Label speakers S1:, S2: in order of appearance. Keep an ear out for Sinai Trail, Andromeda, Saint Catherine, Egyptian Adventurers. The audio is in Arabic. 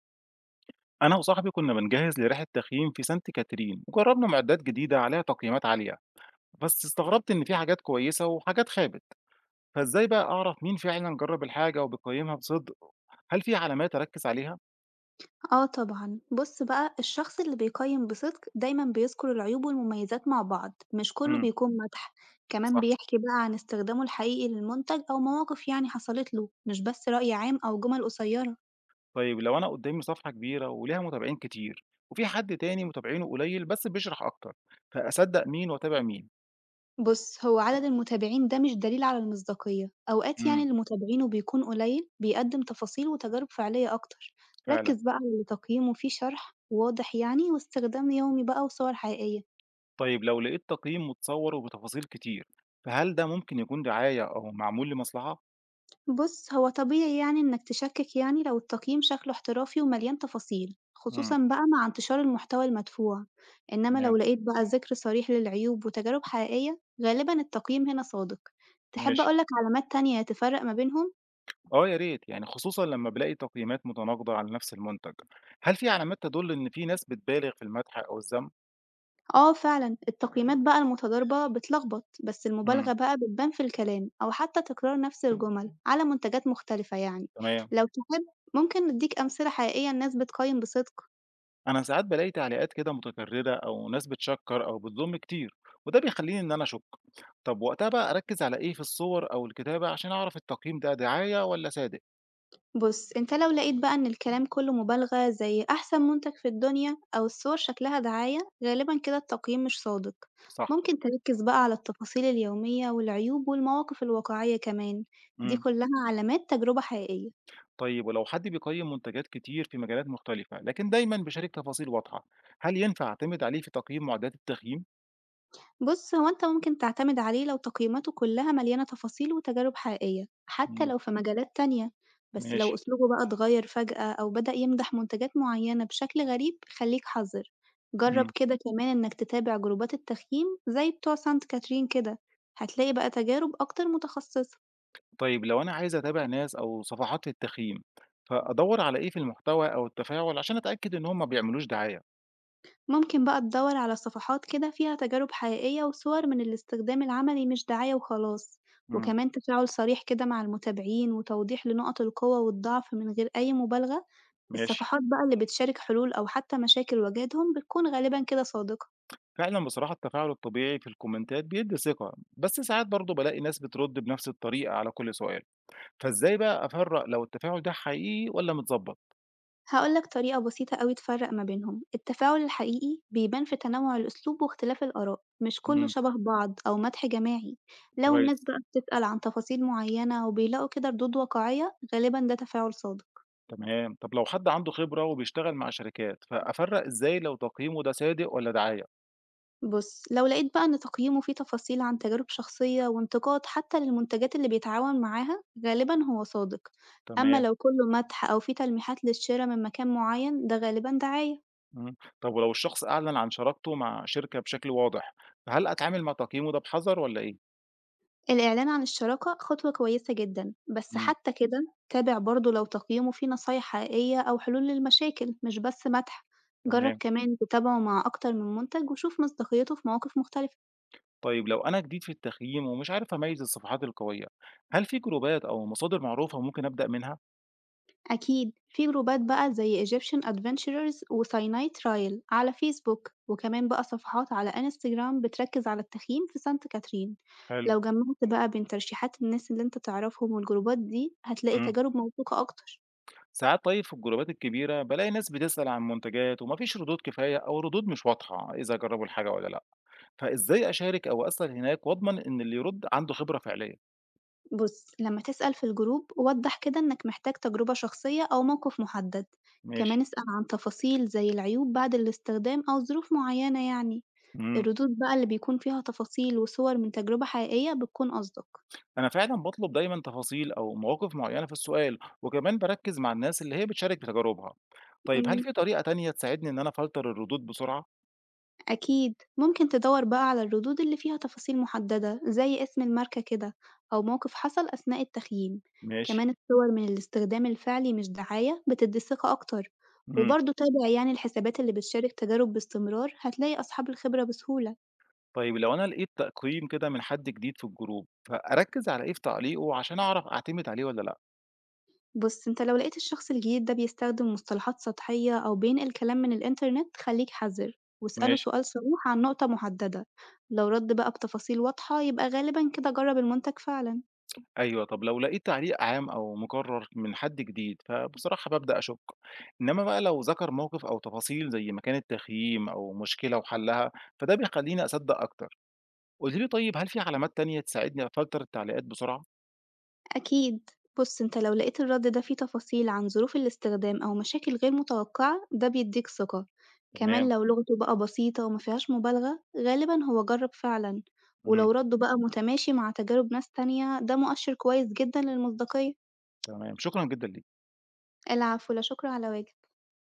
S1: أنا وصاحبي كنا بنجهز لرحلة تخييم في سانت كاترين وجربنا معدات جديدة عليها تقييمات عالية، بس استغربت إن في حاجات كويسة وحاجات خابت. فإزاي بقى أعرف مين فعلا جرب الحاجة وبيقيمها بصدق؟ هل في علامات أركز عليها؟
S2: آه طبعًا، بُص بقى الشخص اللي بيقيّم بصدق دايمًا بيذكر العيوب والمميزات مع بعض، مش كله
S1: امم.
S2: بيكون مدح، كمان
S1: صح.
S2: بيحكي بقى عن استخدامه الحقيقي للمنتج أو مواقف يعني حصلت له، مش بس رأي عام أو جمل قصيرة.
S1: طيب لو أنا قدامي صفحة كبيرة وليها متابعين كتير، وفي حد تاني متابعينه قليل بس بيشرح أكتر، فأصدق مين وأتابع مين؟
S2: بُص هو عدد المتابعين ده مش دليل على المصداقية، أوقات يعني
S1: امم.
S2: اللي متابعينه بيكون قليل بيقدم تفاصيل وتجارب فعلية أكتر،
S1: فعلا.
S2: ركز بقى على اللي تقييمه فيه شرح واضح يعني واستخدام يومي بقى وصور حقيقية.
S1: طيب لو لقيت تقييم متصور وبتفاصيل كتير، فهل ده ممكن يكون دعاية أو معمول لمصلحة؟
S2: بُص، هو طبيعي يعني إنك تشكِّك يعني لو التقييم شكله احترافي ومليان تفاصيل،
S1: امم.
S2: خصوصًا بقى مع انتشار المحتوى المدفوع، إنما
S1: تمام.
S2: لو لقيت بقى ذِكر صريح للعيوب وتجارب حقيقية، غالبًا التقييم هنا صادق. تحب
S1: ماشي.
S2: أقول لك علامات تانية تفرّق ما بينهم؟
S1: آه يا ريت، يعني خصوصًا لمّا بالاقي تقييمات متناقضة على نفس المنتج، هل في علامات تدل إن في ناس بتبالغ في المدح أو الذم؟
S2: آه فعلًا، التقييمات بقى المتضاربة بتلخبط، بس
S1: امم.
S2: المبالغة بقى بتبان في الكلام أو حتى تكرار نفس الجمل على منتجات مختلفة يعني.
S1: تمام.
S2: لو تحب ممكن ندّيك أمثلة حقيقية لناس بتقيّم بصدق.
S1: أنا ساعات بالاقي تعليقات كده متكررة أو ناس بتشكر أو بتذم كتير، وده بيخليني إن أنا أشك. طب وقتها بقى أركز على إيه في الصور أو الكتابة عشان أعرف التقييم ده دعاية والّا صادق؟
S2: بُص، أنت لو لقيت بقى إن الكلام كُلّه مبالغة زي أحسن منتج في الدنيا أو الصور شكلها دعاية، غالبًا كده التقييم مش صادق.
S1: صح.
S2: ممكن تركّز بقى على التفاصيل اليومية والعيوب والمواقف الواقعية كمان، دي
S1: امم.
S2: كُلّها علامات تجربة حقيقية.
S1: طيب ولو حد بيقيم منتجات كتير في مجالات مختلفة، لكن دايمًا بيشارك تفاصيل واضحة، هل ينفع أعتمد عليه في تقييم معدات التخييم؟
S2: بُص، هو أنت ممكن تعتمد عليه لو تقييماته كلها مليانة تفاصيل وتجارب حقيقية، حتى
S1: امم.
S2: لو في مجالات تانية، بس
S1: ماشي.
S2: لو أسلوبه بقى اتغير فجأة أو بدأ يمدح منتجات معينة بشكل غريب خليك حذر، جرب
S1: امم.
S2: كده كمان إنك تتابع جروبات التخييم زي بتوع سانت كاترين كده، هتلاقي بقى تجارب أكتر متخصصة.
S1: طيب لو أنا عايز أتابع ناس أو صفحات للتخييم، فأدوّر على إيه في المحتوى أو التفاعل عشان أتأكد إن هُم ما بيعملوش دعاية؟
S2: ممكن بقى تدور على صفحات كده فيها تجارب حقيقية وصور من الاستخدام العملي مش دعاية وخلاص،
S1: إمم.
S2: وكمان تفاعل صريح كده مع المتابعين وتوضيح لنقط القوة والضعف من غير أي مبالغة.
S1: ماشي.
S2: الصفحات بقى اللي بتشارك حلول أو حتى مشاكل واجهتهم بتكون غالبا كده صادقة.
S1: فعلًا بصراحة التفاعل الطبيعي في الكومنتات بيدّي ثقة، بس ساعات برضه بالاقي ناس بترد بنفس الطريقة على كل سؤال، فإزاي بقى أفرّق لو التفاعل ده حقيقي والّا متضبط؟
S2: هقولك طريقة بسيطة أوي تفرق ما بينهم، التفاعل الحقيقي بيبان في تنوع الأسلوب واختلاف الآراء، مش كله
S1: إمم.
S2: شبه بعض أو مدح جماعي. لو الناس
S1: كويس.
S2: بقى بتسأل عن تفاصيل معينة وبيلاقوا كده ردود واقعية، غالبا ده تفاعل صادق.
S1: تمام. طب لو حد عنده خبرة وبيشتغل مع شركات، فأفرّق إزاي لو تقييمه ده صادق والّا دعاية؟
S2: بُص، لو لقيت بقى إن تقييمه فيه تفاصيل عن تجارب شخصية وانتقاد حتى للمنتجات اللي بيتعاون معاها، غالبًا هو صادق. أما
S1: تمام.
S2: لو كله مدح أو فيه تلميحات للشرا من مكان معين، ده غالبًا دعاية.
S1: إمم. طب ولو الشخص أعلن عن شراكته مع شركة بشكل واضح، فهل أتعامل مع تقييمه ده بحذر والّا إيه؟
S2: الإعلان عن الشراكة خطوة كويسة جدًا، بس
S1: إمم.
S2: حتى كده تابع برضه لو تقييمه فيه نصايح حقيقية أو حلول للمشاكل مش بس مدح. جرب
S1: تمام.
S2: كمان تتابعه مع أكتر من منتج وشوف مصداقيته في مواقف مختلفة.
S1: طيب لو أنا جديد في التقييم ومش عارف أميّز الصفحات القوية، هل في جروبات أو مصادر معروفة ممكن أبدأ منها؟
S2: أكيد في جروبات بقى زي Egyptian Adventurers و Sinai Trail على فيسبوك، وكمان بقى صفحات على انستجرام بتركز على التخييم في سانت كاترين.
S1: حلو.
S2: لو جمعت بقى بين ترشيحات الناس اللي انت تعرفهم والجروبات دي، هتلاقي
S1: إمم.
S2: تجارب موثوقة أكتر.
S1: ساعات طيب في الجروبات الكبيرة بالاقي ناس بتسأل عن منتجات وما فيش ردود كفاية أو ردود مش واضحة إذا جربوا الحاجة والّا لأ، فإزاي أشارك أو أسأل هناك وأضمن إن اللي يرد عنده خبرة فعلية؟
S2: بص لما تسأل في الجروب وضح كده إنك محتاج تجربة شخصية أو موقف محدد.
S1: ماشي.
S2: كمان اسأل عن تفاصيل زي العيوب بعد الاستخدام أو ظروف معينة يعني.
S1: إمم.
S2: الردود بقى اللي بيكون فيها تفاصيل وصور من تجربة حقيقية بتكون أصدق.
S1: أنا فعلًا باطلب دايمًا تفاصيل أو مواقف معيّنة في السؤال، وكمان باركّز مع الناس اللي هي بتشارك بتجاربها. طيب هل في طريقة تانية تساعدني إن أنا أفلتر الردود بسرعة؟
S2: أكيد ممكن تدور بقى على الردود اللي فيها تفاصيل محددة زي اسم الماركة كده، أو موقف حصل أثناء التخييم.
S1: ماشي.
S2: كمان الصور من الاستخدام الفعلي مش دعاية بتدي ثقة أكتر.
S1: إمم.
S2: وبرضه تابع يعني الحسابات اللي بتشارك تجارب باستمرار، هتلاقي أصحاب الخبرة بسهولة.
S1: طيب لو أنا لقيت تقييم كده من حد جديد في الجروب، فأركّز على إيه في تعليقه عشان أعرف أعتمد عليه والّا لأ؟
S2: بص انت لو لقيت الشخص الجديد ده بيستخدم مصطلحات سطحية أو بينقل كلام من الإنترنت خليك حذر، واسأله
S1: ماشي.
S2: سؤال صريح عن نقطة محددة. لو رد بقى بتفاصيل واضحة يبقى غالبا كده جرب المنتج فعلا.
S1: أيوه. طب لو لقيت تعليق عام أو مكرر من حد جديد، فبصراحة بابدأ أشُك. إنما بقى لو ذكر موقف أو تفاصيل زي مكان التخييم أو مشكلة وحلّها، فده بيخلّيني أصدّق أكتر. قولي لي طيب هل في علامات تانية تساعدني أفلتر التعليقات بسرعة؟
S2: أكيد. بص انت لو لقيت الرد ده فيه تفاصيل عن ظروف الاستخدام أو مشاكل غير متوقعة، ده بيديك ثقة. كمان
S1: تمام.
S2: لو لغته بقى بسيطة ومفيهاش مبالغة غالبا هو جرب فعلا.
S1: إمم.
S2: ولو رده بقى متماشي مع تجارب ناس تانية ده مؤشر كويس جدا للمصداقية.
S1: تمام، شكرًا جدًا ليكِ.
S2: العفو، لا شكر على واجب.